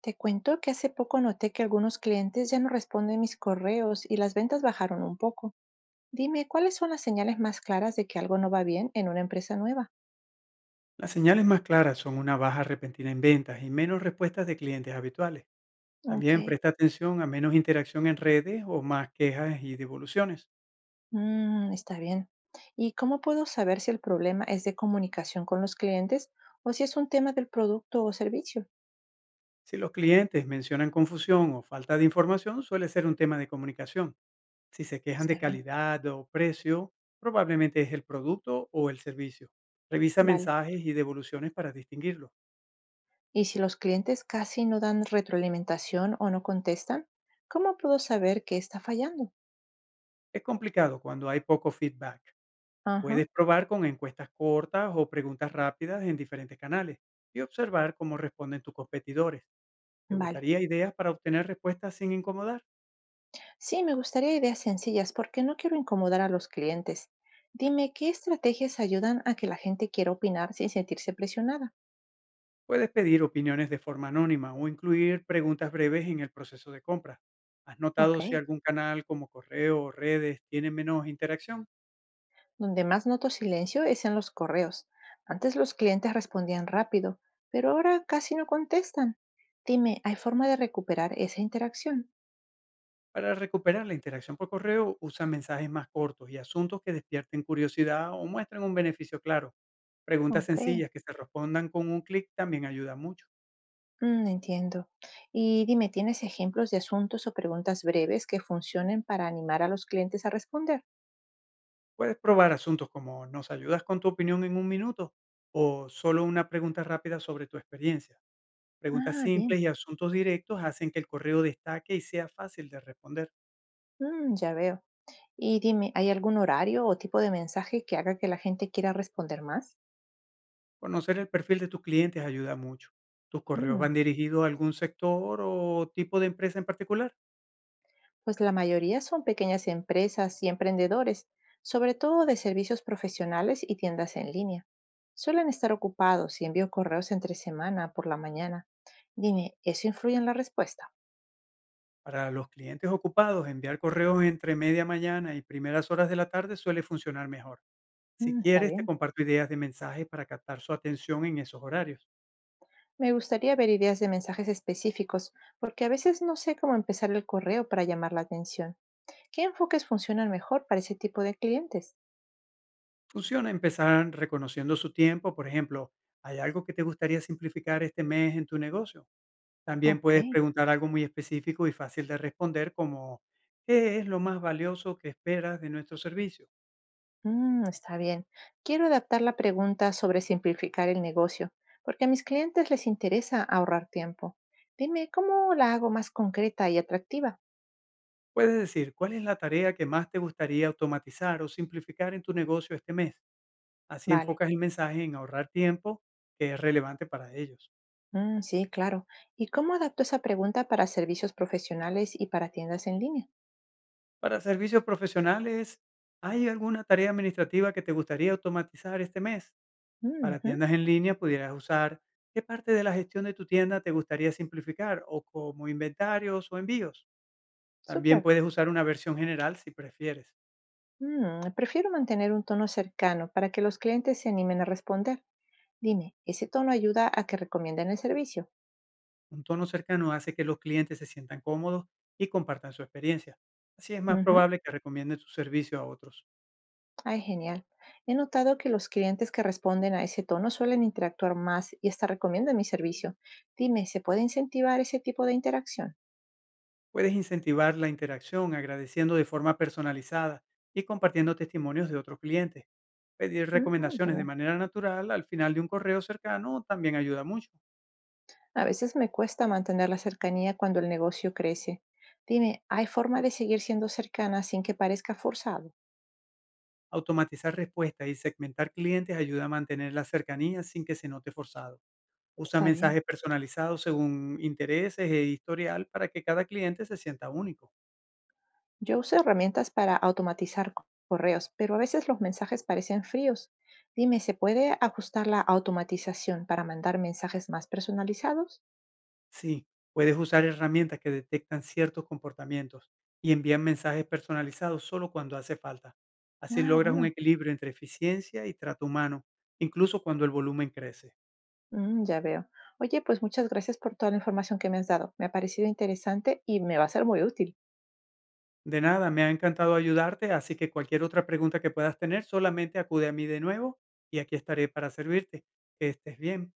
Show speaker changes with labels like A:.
A: Te cuento que hace poco noté que algunos clientes ya no responden mis correos y las ventas bajaron un poco. Dime, ¿cuáles son las señales más claras de que algo no va bien en una empresa nueva?
B: Las señales más claras son una baja repentina en ventas y menos respuestas de clientes habituales.
A: Ok,
B: También presta atención a menos interacción en redes o más quejas y devoluciones.
A: mm, está bien. ¿Y cómo puedo saber si el problema es de comunicación con los clientes o si es un tema del producto o servicio?
B: Si los clientes mencionan confusión o falta de información, suele ser un tema de comunicación. Si se quejan de
A: Está bien,
B: calidad o precio, probablemente es el producto o el servicio. Revisa
A: vale.
B: mensajes y devoluciones para distinguirlo.
A: ¿Y si los clientes casi no dan retroalimentación o no contestan? ¿Cómo puedo saber qué está fallando?
B: Es complicado cuando hay poco feedback.
A: Ajá,
B: Puedes probar con encuestas cortas o preguntas rápidas en diferentes canales y observar cómo responden tus competidores. ¿Te
A: vale.
B: gustaría ideas para obtener respuestas sin incomodar?
A: Sí, me gustaría ideas sencillas porque no quiero incomodar a los clientes. Dime, ¿qué estrategias ayudan a que la gente quiera opinar sin sentirse presionada?
B: Puedes pedir opiniones de forma anónima o incluir preguntas breves en el proceso de compra. ¿Has
A: Ok.
B: notado si algún canal como correo o redes tiene menos interacción?
A: Donde más noto silencio es en los correos. Antes los clientes respondían rápido, pero ahora casi no contestan. Dime, ¿hay forma de recuperar esa interacción?
B: Para recuperar la interacción por correo, usa mensajes más cortos y asuntos que despierten curiosidad o muestren un beneficio claro. Preguntas
A: Ok.
B: sencillas que se respondan con un clic también ayuda mucho.
A: Mm, entiendo. Y dime, ¿tienes ejemplos de asuntos o preguntas breves que funcionen para animar a los clientes a responder?
B: Puedes probar asuntos como ¿nos ayudas con tu opinión en un minuto? O solo una pregunta rápida sobre tu experiencia. Preguntas
A: Ah, bien.
B: simples y asuntos directos hacen que el correo destaque y sea fácil de responder.
A: Mm, ya veo. Y dime, ¿hay algún horario o tipo de mensaje que haga que la gente quiera responder más?
B: Conocer el perfil de tus clientes ayuda mucho. ¿Tus correos
A: Mm,
B: van dirigidos a algún sector o tipo de empresa en particular?
A: pues la mayoría son pequeñas empresas y emprendedores, sobre todo de servicios profesionales y tiendas en línea. Suelen estar ocupados y envío correos entre semana por la mañana. Dime, ¿eso influye en la respuesta?
B: Para los clientes ocupados, enviar correos entre media mañana y primeras horas de la tarde suele funcionar mejor. Si
A: Mm, está
B: quieres, te
A: bien.
B: comparto ideas de mensajes para captar su atención en esos horarios.
A: Me gustaría ver ideas de mensajes específicos, porque a veces no sé cómo empezar el correo para llamar la atención. ¿Qué enfoques funcionan mejor para ese tipo de clientes?
B: Funciona empezar reconociendo su tiempo, por ejemplo, ¿hay algo que te gustaría simplificar este mes en tu negocio? También
A: Ok.
B: puedes preguntar algo muy específico y fácil de responder como ¿qué es lo más valioso que esperas de nuestro servicio?
A: Mm, está bien. Quiero adaptar la pregunta sobre simplificar el negocio, porque a mis clientes les interesa ahorrar tiempo. Dime, ¿cómo la hago más concreta y atractiva?
B: Puedes decir, ¿cuál es la tarea que más te gustaría automatizar o simplificar en tu negocio este mes? Así
A: Vale.
B: enfocas el mensaje en ahorrar tiempo, que es relevante para ellos.
A: Mm, sí, claro. ¿Y cómo adapto esa pregunta para servicios profesionales y para tiendas en línea?
B: Para servicios profesionales, ¿hay alguna tarea administrativa que te gustaría automatizar este mes?
A: Mm,
B: Para
A: ujú.
B: tiendas en línea pudieras usar ¿qué parte de la gestión de tu tienda te gustaría simplificar? O como inventarios o envíos. También
A: Súper.
B: puedes usar una versión general si prefieres.
A: Mm, prefiero mantener un tono cercano para que los clientes se animen a responder. Dime, ¿ese tono ayuda a que recomienden el servicio?
B: Un tono cercano hace que los clientes se sientan cómodos y compartan su experiencia. Así es más
A: Ujú.
B: probable que recomienden tu servicio a otros.
A: Ay, genial. He notado que los clientes que responden a ese tono suelen interactuar más y hasta recomiendan mi servicio. Dime, ¿se puede incentivar ese tipo de interacción?
B: Puedes incentivar la interacción agradeciendo de forma personalizada y compartiendo testimonios de otros clientes. Pedir
A: Ujú,
B: recomendaciones de
A: genial.
B: manera natural al final de un correo cercano también ayuda mucho.
A: A veces me cuesta mantener la cercanía cuando el negocio crece. Dime, ¿hay forma de seguir siendo cercana sin que parezca forzado?
B: Automatizar respuestas y segmentar clientes ayuda a mantener la cercanía sin que se note forzado. Usa
A: Está bien.
B: mensajes personalizados según intereses e historial para que cada cliente se sienta único.
A: Yo uso herramientas para automatizar correos, pero a veces los mensajes parecen fríos. Dime, ¿se puede ajustar la automatización para mandar mensajes más personalizados?
B: Sí, puedes usar herramientas que detectan ciertos comportamientos y envían mensajes personalizados solo cuando hace falta. Así
A: Ah,
B: logras un
A: bueno.
B: equilibrio entre eficiencia y trato humano, incluso cuando el volumen crece.
A: Mm, ya veo. Oye, pues muchas gracias por toda la información que me has dado. Me ha parecido interesante y me va a ser muy útil.
B: De nada, me ha encantado ayudarte, así que cualquier otra pregunta que puedas tener, solamente acude a mí de nuevo y aquí estaré para servirte. Que estés bien.